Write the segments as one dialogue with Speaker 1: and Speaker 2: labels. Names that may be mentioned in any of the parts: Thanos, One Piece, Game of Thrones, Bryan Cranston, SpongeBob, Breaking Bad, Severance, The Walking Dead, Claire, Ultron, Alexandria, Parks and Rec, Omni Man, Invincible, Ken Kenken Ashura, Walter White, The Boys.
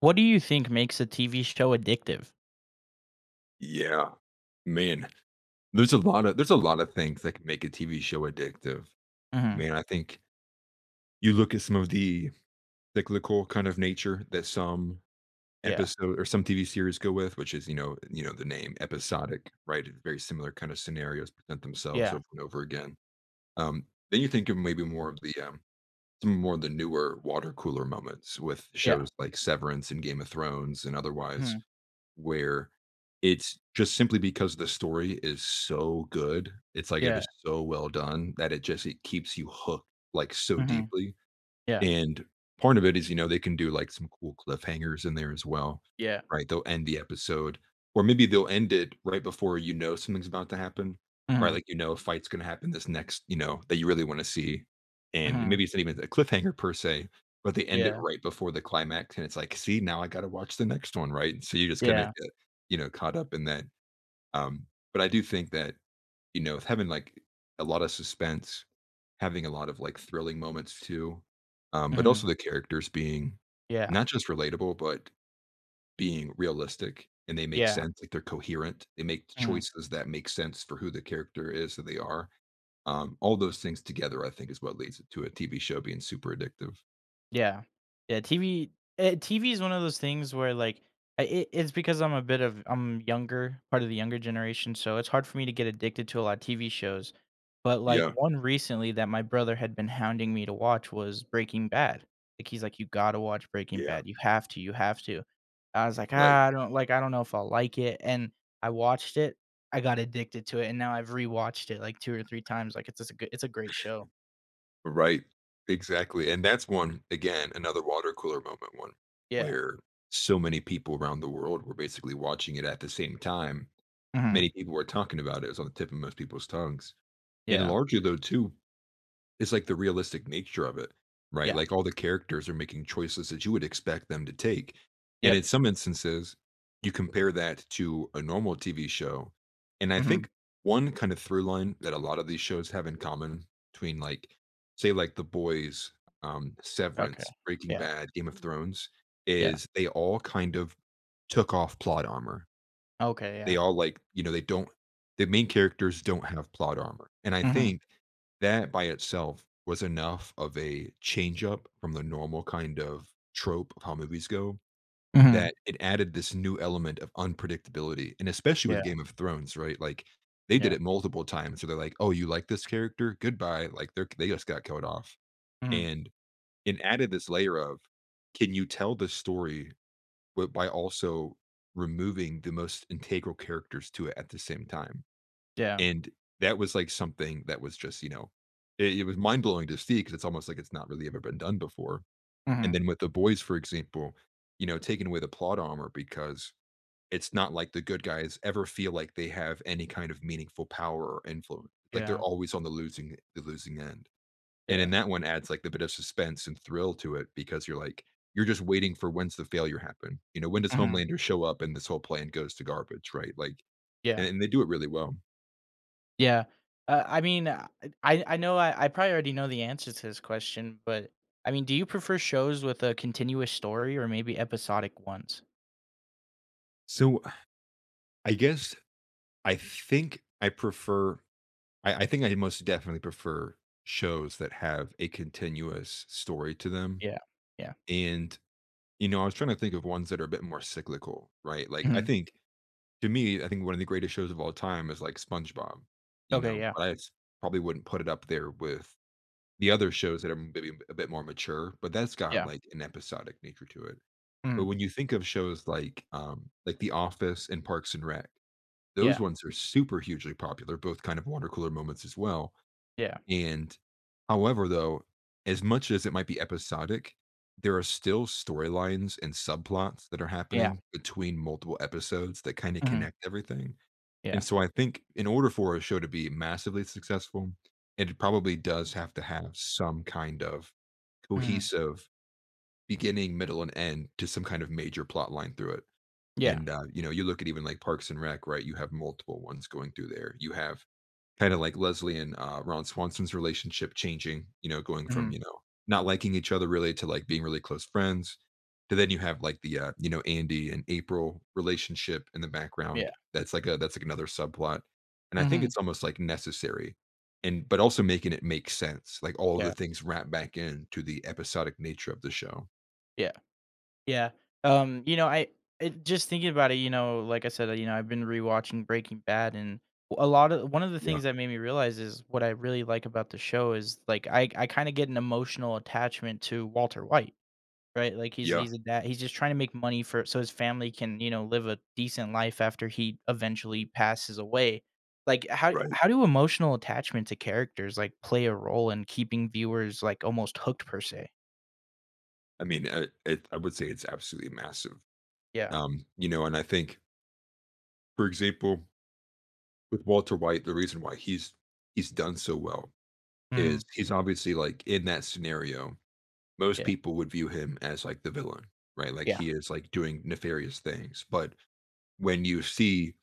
Speaker 1: What do you think makes a TV show addictive?
Speaker 2: Yeah. Man, there's a lot of things that can make a TV show addictive. I
Speaker 1: Mhm.
Speaker 2: mean, I think you look at some of the cyclical kind of nature that some
Speaker 1: Yeah.
Speaker 2: episode or some TV series go with, which is, the name episodic, right? Very similar kind of scenarios present themselves
Speaker 1: Yeah.
Speaker 2: over and over again. Then you think of maybe more of the some more of the newer water cooler moments with
Speaker 1: Yeah.
Speaker 2: shows like Severance and Game of Thrones and otherwise,
Speaker 1: Mhm.
Speaker 2: where it's just simply because the story is so good. It's like it
Speaker 1: Yeah.
Speaker 2: is so well done that it just it keeps you hooked like so
Speaker 1: Mhm.
Speaker 2: deeply.
Speaker 1: Yeah.
Speaker 2: And part of it is, you know, they can do like some cool cliffhangers in there as well,
Speaker 1: Yeah.
Speaker 2: right? They'll end the episode, or maybe they'll end it right before you know something's about to happen, right?
Speaker 1: Mhm.
Speaker 2: Like, you know, a fight's going to happen this next, you know, that you really want to see. And
Speaker 1: Mhm.
Speaker 2: maybe it's not even a cliffhanger per se, but they end it
Speaker 1: Yeah.
Speaker 2: right before the climax. And it's like, see, now I got to watch the next one, right? So you're just kind of,
Speaker 1: Yeah.
Speaker 2: get, you know, caught up in that. Um, but I do think that you know, having like a lot of suspense, having a lot of like thrilling moments too, but
Speaker 1: Mhm.
Speaker 2: also the characters being
Speaker 1: Yeah.
Speaker 2: not just relatable, but being realistic and they make
Speaker 1: Yeah.
Speaker 2: sense. Like they're coherent. They make
Speaker 1: Mhm.
Speaker 2: choices that make sense for who the character is that they are. All those things together, I think, is what leads to a TV show being super addictive.
Speaker 1: Yeah. Yeah, TV is one of those things where, like, I it it's because I'm a bit of I'm younger, part of the younger generation, so it's hard for me to get addicted to a lot of TV shows, but, like,
Speaker 2: Yeah.
Speaker 1: one recently that my brother had been hounding me to watch was Breaking Bad. Like, he's like, "You gotta watch Breaking
Speaker 2: Yeah.
Speaker 1: Bad. You have to, you have to." I was like,
Speaker 2: Right.
Speaker 1: " I don't know if I'll like it," and I watched it, I got addicted to it, and now I've rewatched it, like, 2 or 3 times, like, it's a great show.
Speaker 2: Right. Exactly, and that's one again, another water cooler moment one,
Speaker 1: Yeah.
Speaker 2: where so many people around the world were basically watching it at the same time.
Speaker 1: Mhm.
Speaker 2: Many people were talking about it. It was on the tip of most people's tongues. And
Speaker 1: Yeah.
Speaker 2: largely, though, too, it's like the realistic nature of it, right?
Speaker 1: Yeah.
Speaker 2: Like all the characters are making choices that you would expect them to take. And
Speaker 1: Yep.
Speaker 2: in some instances, you compare that to a normal TV show. And I
Speaker 1: Mhm.
Speaker 2: think one kind of through line that a lot of these shows have in common between like say like The Boys,
Speaker 1: Okay.
Speaker 2: Severance, Breaking
Speaker 1: Yeah.
Speaker 2: Bad, Game of Thrones,
Speaker 1: Yeah.
Speaker 2: is they all kind of took off plot armor.
Speaker 1: Okay, yeah.
Speaker 2: They all like, you know, they don't the main characters don't have plot armor. And I
Speaker 1: Mhm.
Speaker 2: think that by itself was enough of a change up from the normal kind of trope of how movies go
Speaker 1: Mhm.
Speaker 2: that it added this new element of unpredictability. And especially with
Speaker 1: Yeah.
Speaker 2: Game of Thrones, right? Like they did
Speaker 1: Yeah.
Speaker 2: it multiple times. So they're like, oh, you like this character? Goodbye. Like they just got killed off.
Speaker 1: Mhm.
Speaker 2: And it added this layer of can you tell this story but by also removing the most integral characters to it at the same time.
Speaker 1: Yeah.
Speaker 2: And that was like something that was just, you know, it was mind blowing to see because it's almost like it's not really ever been done before. And
Speaker 1: Mhm.
Speaker 2: then with the boys, for example, you know, taking away the plot armor because it's not like the good guys ever feel like they have any kind of meaningful power or influence. Like they're
Speaker 1: Yeah.
Speaker 2: always on the losing end. And
Speaker 1: Yeah.
Speaker 2: in that one adds like the bit of suspense and thrill to it because you're like, you're just waiting for when's the failure happen. You know, when does
Speaker 1: Mhm.
Speaker 2: Homelander show up and this whole plan goes to garbage, right? Like, and,
Speaker 1: Yeah.
Speaker 2: and they do it really well.
Speaker 1: Yeah. I mean, I know I probably already know the answer to this question, but I mean, do you prefer shows with a continuous story or maybe episodic ones?
Speaker 2: So I guess I think I prefer, I think I most definitely prefer shows that have a continuous story to them.
Speaker 1: Yeah. Yeah.
Speaker 2: And, you know, I was trying to think of ones that are a bit more cyclical, right? Like, I
Speaker 1: Mhm.
Speaker 2: think To me, I think one of the greatest shows of all time is, like, SpongeBob, you
Speaker 1: Okay,
Speaker 2: know,
Speaker 1: yeah.
Speaker 2: but I s probably wouldn't put it up there with the other shows that are maybe a bit more mature, but that's got,
Speaker 1: Yeah.
Speaker 2: like, an episodic nature to it.
Speaker 1: Mhm.
Speaker 2: But when you think of shows like The Office and Parks and Rec, those
Speaker 1: Yeah.
Speaker 2: ones are super hugely popular, both kind of water cooler moments as well,
Speaker 1: Yeah.
Speaker 2: and however, though, as much as it might be episodic, there are still storylines and subplots that are
Speaker 1: Yeah.
Speaker 2: happening between multiple episodes that kinda
Speaker 1: Mhm.
Speaker 2: connect everything. And
Speaker 1: Yeah.
Speaker 2: so I think in order for a show to be massively successful, it probably does have to have some kind of
Speaker 1: Mhm.
Speaker 2: cohesive beginning, middle, and end to some kind of major plot line through it.
Speaker 1: Yeah.
Speaker 2: And, you know, you look at even like Parks and Rec, right? You have multiple ones going through there. You have kind of like Leslie and Ron Swanson's relationship changing, you know, going from, you
Speaker 1: Mhm.
Speaker 2: know, not liking each other really to like being really close friends. To then you have like the, you know, Andy and April relationship in the
Speaker 1: Yeah.
Speaker 2: background. That's like another subplot. And I think
Speaker 1: Mhm.
Speaker 2: it's almost like necessary and, but also making it make sense, like all of
Speaker 1: Yeah.
Speaker 2: the things wrap back into the episodic nature of the show.
Speaker 1: Yeah. Yeah. You know, just thinking about it, you know, like I said, you know, I've been rewatching Breaking Bad, and a lot of one of the
Speaker 2: Yeah.
Speaker 1: things that made me realize is what I really like about the show is like I kind of get an emotional attachment to Walter White, right? Like he's
Speaker 2: Yeah.
Speaker 1: he's a dad, he's just trying to make money for so his family can, you know, live a decent life after he eventually passes away. Like how
Speaker 2: Right.
Speaker 1: how do emotional attachment to characters like play a role in keeping viewers like almost hooked per se?
Speaker 2: I mean, I would say it's absolutely massive.
Speaker 1: Yeah.
Speaker 2: You know, and I think, for example, with Walter White, the reason why he's done so well
Speaker 1: Mhm.
Speaker 2: is he's obviously like in that scenario, most
Speaker 1: Yeah.
Speaker 2: people would view him as like the villain, right? Like
Speaker 1: Yeah.
Speaker 2: he is like doing nefarious things. But when you see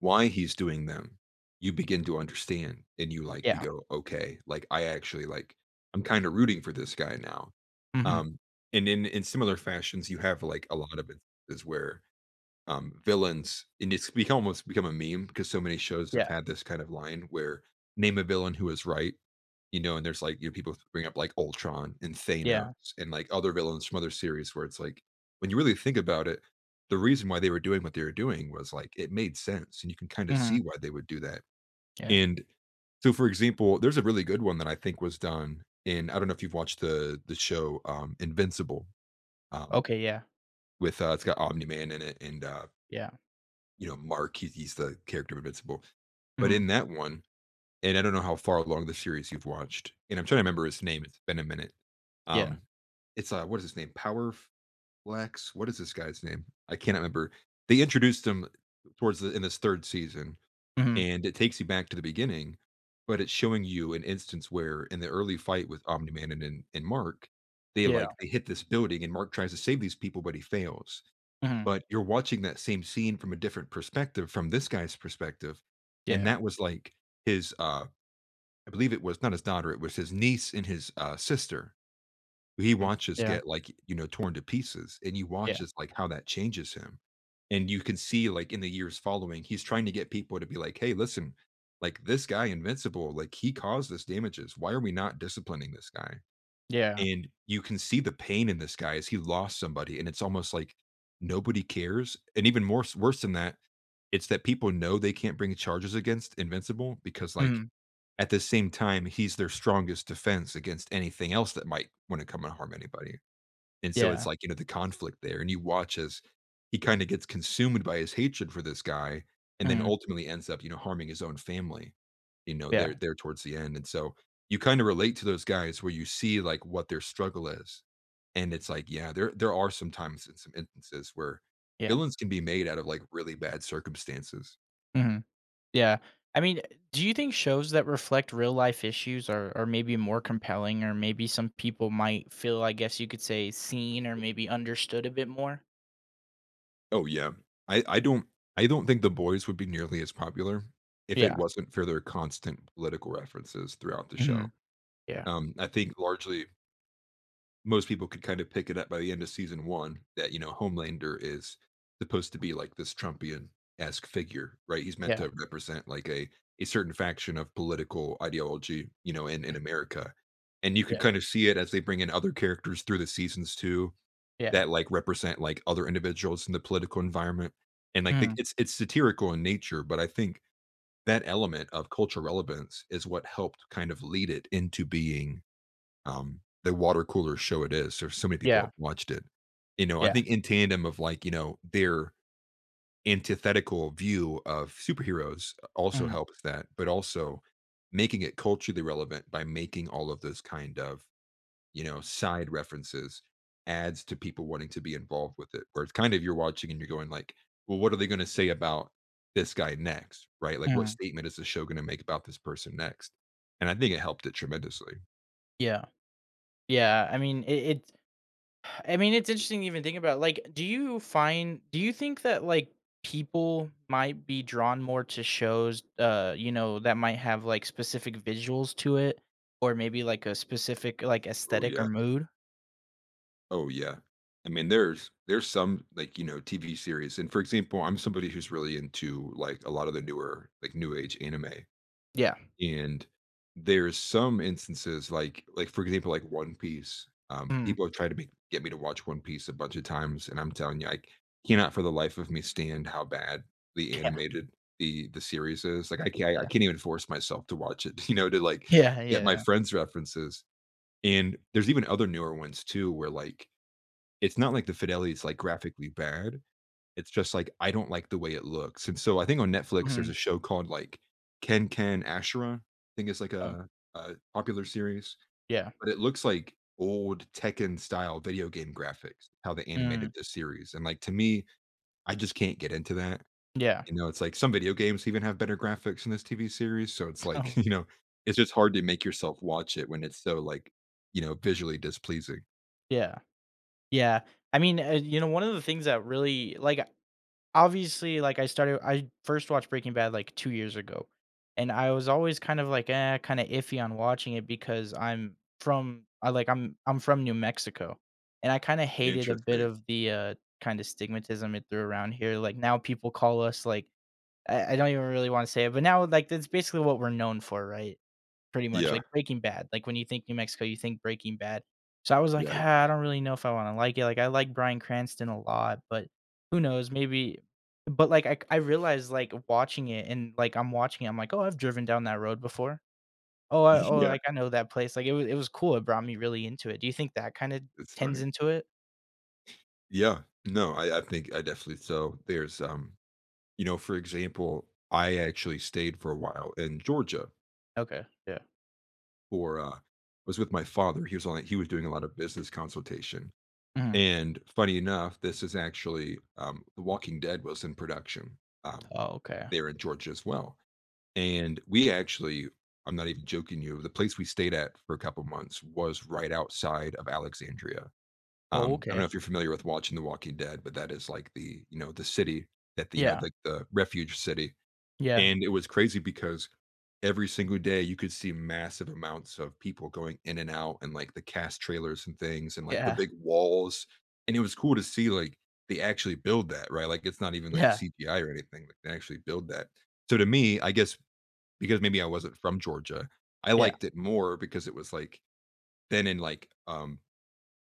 Speaker 2: why he's doing them, you begin to understand and you like you
Speaker 1: Yeah.
Speaker 2: go, okay, like I actually like I'm kind of rooting for this guy now.
Speaker 1: Mhm.
Speaker 2: Um, and in similar fashions, you have like a lot of instances where villains, and it's become almost become a meme because so many shows
Speaker 1: Yeah,
Speaker 2: have had this kind of line where name a villain who is right, you know, and there's like you know, people bring up like Ultron and Thanos
Speaker 1: yeah,
Speaker 2: and like other villains from other series where it's like when you really think about it, the reason why they were doing what they were doing was like it made sense, and you can kind of
Speaker 1: mhm,
Speaker 2: see why they would do that.
Speaker 1: yeah,
Speaker 2: And so, for example, there's a really good one that I think was done, in I don't know if you've watched the show Invincible um,
Speaker 1: okay, yeah,
Speaker 2: with it's got Omni Man in it and
Speaker 1: yeah,
Speaker 2: you know, Mark. He's the character of Invincible. But
Speaker 1: mhm,
Speaker 2: in that one, and I don't know how far along the series you've watched, and I'm trying to remember his name. It's been a minute.
Speaker 1: yeah,
Speaker 2: Um, it's What is his name? Power Flex. What is this guy's name? I cannot remember. They introduced him towards the in this third season,
Speaker 1: mhm,
Speaker 2: and it takes you back to the beginning, but it's showing you an instance where in the early fight with Omni Man and Mark, they
Speaker 1: yeah,
Speaker 2: like they hit this building, and Mark tries to save these people, but he fails.
Speaker 1: mhm,
Speaker 2: But you're watching that same scene from a different perspective, from this guy's perspective, and
Speaker 1: yeah,
Speaker 2: that was, like, his, I believe it was not his daughter, it was his niece and his, sister, who he
Speaker 1: mm,
Speaker 2: watches
Speaker 1: yeah,
Speaker 2: get, like, you know, torn to pieces, and you
Speaker 1: yeah,
Speaker 2: watch as, like, how that changes him. And you can see, like, in the years following, he's trying to get people to be like, "Hey, listen, like, this guy Invincible, like, he caused this damages. Why are we not disciplining this guy?"
Speaker 1: yeah,
Speaker 2: And you can see the pain in this guy as he lost somebody, and it's almost like nobody cares, and even more s worse than that, it's that people know they can't bring charges against Invincible because, like,
Speaker 1: mhm,
Speaker 2: at the same time, he's their strongest defense against anything else that might wanna come and harm anybody. And so
Speaker 1: yeah,
Speaker 2: it's like, you know, the conflict there, and you watch as he kinda gets consumed by his hatred for this guy and then
Speaker 1: mhm,
Speaker 2: ultimately ends up, you know, harming his own family, you know,
Speaker 1: yeah,
Speaker 2: there towards the end, and so you kinda relate to those guys where you see, like, what their struggle is, and it's like, yeah, there are some times and some instances where
Speaker 1: yeah,
Speaker 2: villains can be made out of, like, really bad circumstances.
Speaker 1: mhm, yeah. I mean, do you think shows that reflect real life issues are maybe more compelling, or maybe some people might feel, I guess you could say, seen or maybe understood a bit more?
Speaker 2: Oh, yeah. I I don't I don't think The Boys would be nearly as popular if it
Speaker 1: Yeah,
Speaker 2: wasn't for their constant political references throughout the show.
Speaker 1: mhm, yeah,
Speaker 2: I think largely most people could kind of pick it up by the end of season one that, you know, Homelander is supposed to be like this Trumpian-esque figure, right? He's meant
Speaker 1: yeah,
Speaker 2: to represent like a certain faction of political ideology, you know, in America. And you
Speaker 1: yeah,
Speaker 2: could kind of see it as they bring in other characters through the seasons too
Speaker 1: yeah,
Speaker 2: that like represent like other individuals in the political environment. And like they,
Speaker 1: mhm,
Speaker 2: it's satirical in nature, but I think that element of cultural relevance is what helped kind of lead it into being the water cooler show it is. There's so many people
Speaker 1: yeah,
Speaker 2: have watched it. You know, I
Speaker 1: yeah,
Speaker 2: think in tandem of like, you know, their antithetical view of superheroes also
Speaker 1: mhm,
Speaker 2: helps that, but also making it culturally relevant by making all of those kind of, you know, side references adds to people wanting to be involved with it. Where it's kind of you're watching and you're going like, well, what are they going to say about this guy next? Right? Like what
Speaker 1: mhm,
Speaker 2: statement is the show going to make about this person next? And I think it helped it tremendously.
Speaker 1: yeah, yeah, I mean, it I mean, it's interesting to even think about, like, do you think that, like, people might be drawn more to shows, you know, that might have, like, specific visuals to it or maybe, like, a specific, like,
Speaker 2: Oh
Speaker 1: aesthetic or
Speaker 2: yeah.
Speaker 1: mood?
Speaker 2: Oh, yeah. I mean, there's some, like, you know, TV series and for example, I'm somebody who's really into, like, a lot of the newer, like, new age anime,
Speaker 1: Yeah.
Speaker 2: and there's some instances, for example, like, One Piece.
Speaker 1: Mm.
Speaker 2: People have tried to make get me to watch One Piece a bunch of times, and I'm telling you, I cannot for the life of me stand how bad the
Speaker 1: Yeah,
Speaker 2: animated the series is. Like, I can't I
Speaker 1: yeah.
Speaker 2: can't even force myself to watch it, you know, to, like,
Speaker 1: Yeah,
Speaker 2: get my
Speaker 1: yeah.
Speaker 2: friends' references, and there's even other newer ones too where, like it's not like the fidelity is, like, graphically bad, it's just, like, I don't like the way it looks, and so I think on Netflix, there's
Speaker 1: Mhm.
Speaker 2: a show called, like, Kenken Ashura, I think it's, like,
Speaker 1: Oh,
Speaker 2: a popular series,
Speaker 1: yeah.
Speaker 2: but it looks like old Tekken-style video game graphics, how they
Speaker 1: Mm.
Speaker 2: animated this series, and, like, to me, I just can't get into that,
Speaker 1: Yeah.
Speaker 2: you know, it's like some video games even have better graphics in this TV series, so it's like,
Speaker 1: Oh,
Speaker 2: you know, it's just hard to make yourself watch it when it's so, like, you know, visually displeasing.
Speaker 1: yeah. Yeah. I mean, you know, one of the things that really like, obviously, like, I first watched Breaking Bad, like, 2 years ago, and I was always kind of like, kinda iffy on watching it because I like, I'm from New Mexico, and I kinda hated a bit
Speaker 2: Interesting.
Speaker 1: of the, kinda stigmatism it threw around here, like, now people call us, like I don't even really wanna say it, but now, like, that's basically what we're known for, right? Pretty much,
Speaker 2: Yeah,
Speaker 1: like Breaking Bad, like, when you think New Mexico, you think Breaking Bad. So I was like,
Speaker 2: right.
Speaker 1: "Ah, I don't really know if I wanna like it." Like, I like Bryan Cranston a lot, but who knows, maybe but, like, I realized, like, watching it and, like, I'm watching it, I'm like, "Oh, I've driven down that road before. Oh, I oh,
Speaker 2: Yeah.
Speaker 1: like, I know that place." Like, it was cool, it brought me really into it. Do you think that kinda
Speaker 2: It's
Speaker 1: tends
Speaker 2: funny.
Speaker 1: into it?
Speaker 2: Yeah. No, I think I definitely so there's, you know, for example, I actually stayed for a while in Georgia
Speaker 1: Okay, yeah.
Speaker 2: for, was with my father. He was doing a lot of business consultation,
Speaker 1: Mhm.
Speaker 2: and funny enough, this is actually, The Walking Dead was in production, um,
Speaker 1: Oh, okay.
Speaker 2: there in Georgia as well, and we actually I'm not even joking you, the place we stayed at for a couple months was right outside of Alexandria.
Speaker 1: Oh,
Speaker 2: I don't know
Speaker 1: okay.
Speaker 2: if you're familiar with watching The Walking Dead, but that is like the, you know, the city that the, you know,
Speaker 1: Yeah.
Speaker 2: the refuge city.
Speaker 1: Yeah.
Speaker 2: And it was crazy because every single day you could see massive amounts of people going in and out and like the cast trailers and things and like the
Speaker 1: Yeah.
Speaker 2: big walls. And it was cool to see like they actually build that, right? Like it's not even like
Speaker 1: Yeah.
Speaker 2: CGI or anything. Like they actually build that. So to me, I guess because maybe I wasn't from Georgia, I
Speaker 1: Yeah.
Speaker 2: liked it more because it was like then in like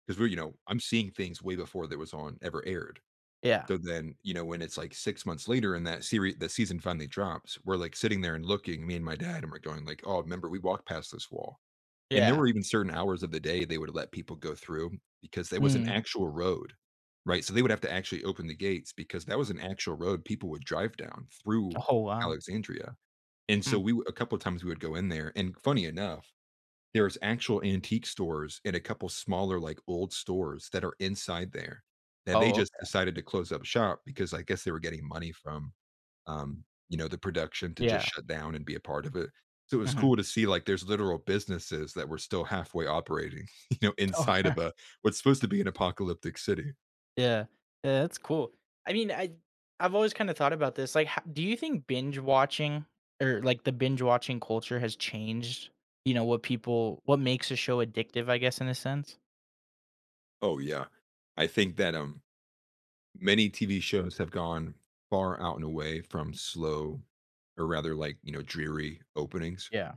Speaker 2: 'Cause we're you know, I'm seeing things way before that was on ever aired.
Speaker 1: Yeah.
Speaker 2: So then, you know, when it's like 6 months later and that series, the season finally drops, we're like sitting there and looking, me and my dad, and we're going like, "Oh, remember we walked past this wall." And there
Speaker 1: Yeah.
Speaker 2: were even certain hours of the day they would let people go through because there was an
Speaker 1: Mm.
Speaker 2: actual road, right? So they would have to actually open the gates because that was an actual road people would drive down through
Speaker 1: Oh, wow.
Speaker 2: Alexandria. And
Speaker 1: Mm.
Speaker 2: so we w a couple of times we would go in there, and funny enough, there's actual antique stores and a couple smaller, like, old stores that are inside there that they
Speaker 1: Oh,
Speaker 2: just
Speaker 1: okay.
Speaker 2: decided to close up shop because I guess they were getting money from, you know, the production to just
Speaker 1: Yeah.
Speaker 2: shut down and be a part of it. So it was
Speaker 1: Mhm.
Speaker 2: cool to see, like, there's literal businesses that were still halfway operating, you know,
Speaker 1: Oh,
Speaker 2: inside of a what's supposed to be an apocalyptic city.
Speaker 1: yeah. Yeah, that's cool. I mean, I've always kinda thought about this, like, ho do you think binge watching or, like, the binge watching culture has changed, you know, what makes a show addictive, I guess, in a sense?
Speaker 2: Oh, yeah. I think that, many TV shows have gone far out and away from slow or rather, like, you know, dreary openings.
Speaker 1: Yeah.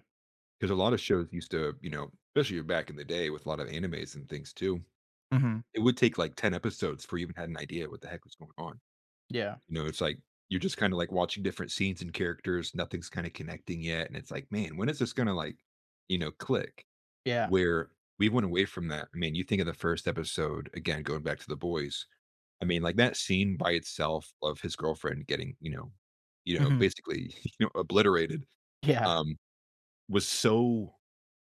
Speaker 2: Because a lot of shows used to, you know, especially back in the day with a lot of animes and things too,
Speaker 1: Mhm.
Speaker 2: it would take like 10 episodes for you even had an idea what the heck was going on.
Speaker 1: Yeah.
Speaker 2: You know, it's like you're just kind of like watching different scenes and characters, nothing's kind of connecting yet. And it's like, man, when is this going to like, you know, click?
Speaker 1: Yeah.
Speaker 2: Where we went away from that. I mean, you think of the first episode, again, going back to the boys. I mean, like that scene by itself of his girlfriend getting, you know,
Speaker 1: Mhm.
Speaker 2: basically, you know, obliterated
Speaker 1: Yeah.
Speaker 2: um, was so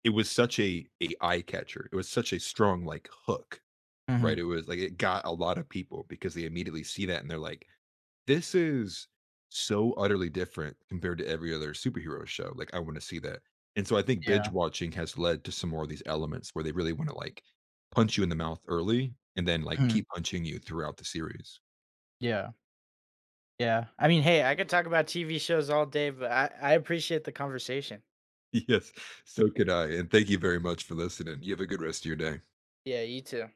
Speaker 2: it was such a eye catcher. It was such a strong like hook, right?
Speaker 1: Mhm.
Speaker 2: It was like it got a lot of people because they immediately see that and they're like, "This is so utterly different compared to every other superhero show. Like, I want to see that." And so I think binge
Speaker 1: Yeah.
Speaker 2: watching has led to some more of these elements where they really want to like punch you in the mouth early and then like
Speaker 1: Mhm.
Speaker 2: keep punching you throughout the series.
Speaker 1: Yeah. Yeah. I mean, hey, I could talk about TV shows all day, but I appreciate the conversation.
Speaker 2: Yes, so could I. And thank you very much for listening. You have a good rest of your day.
Speaker 1: Yeah, you too.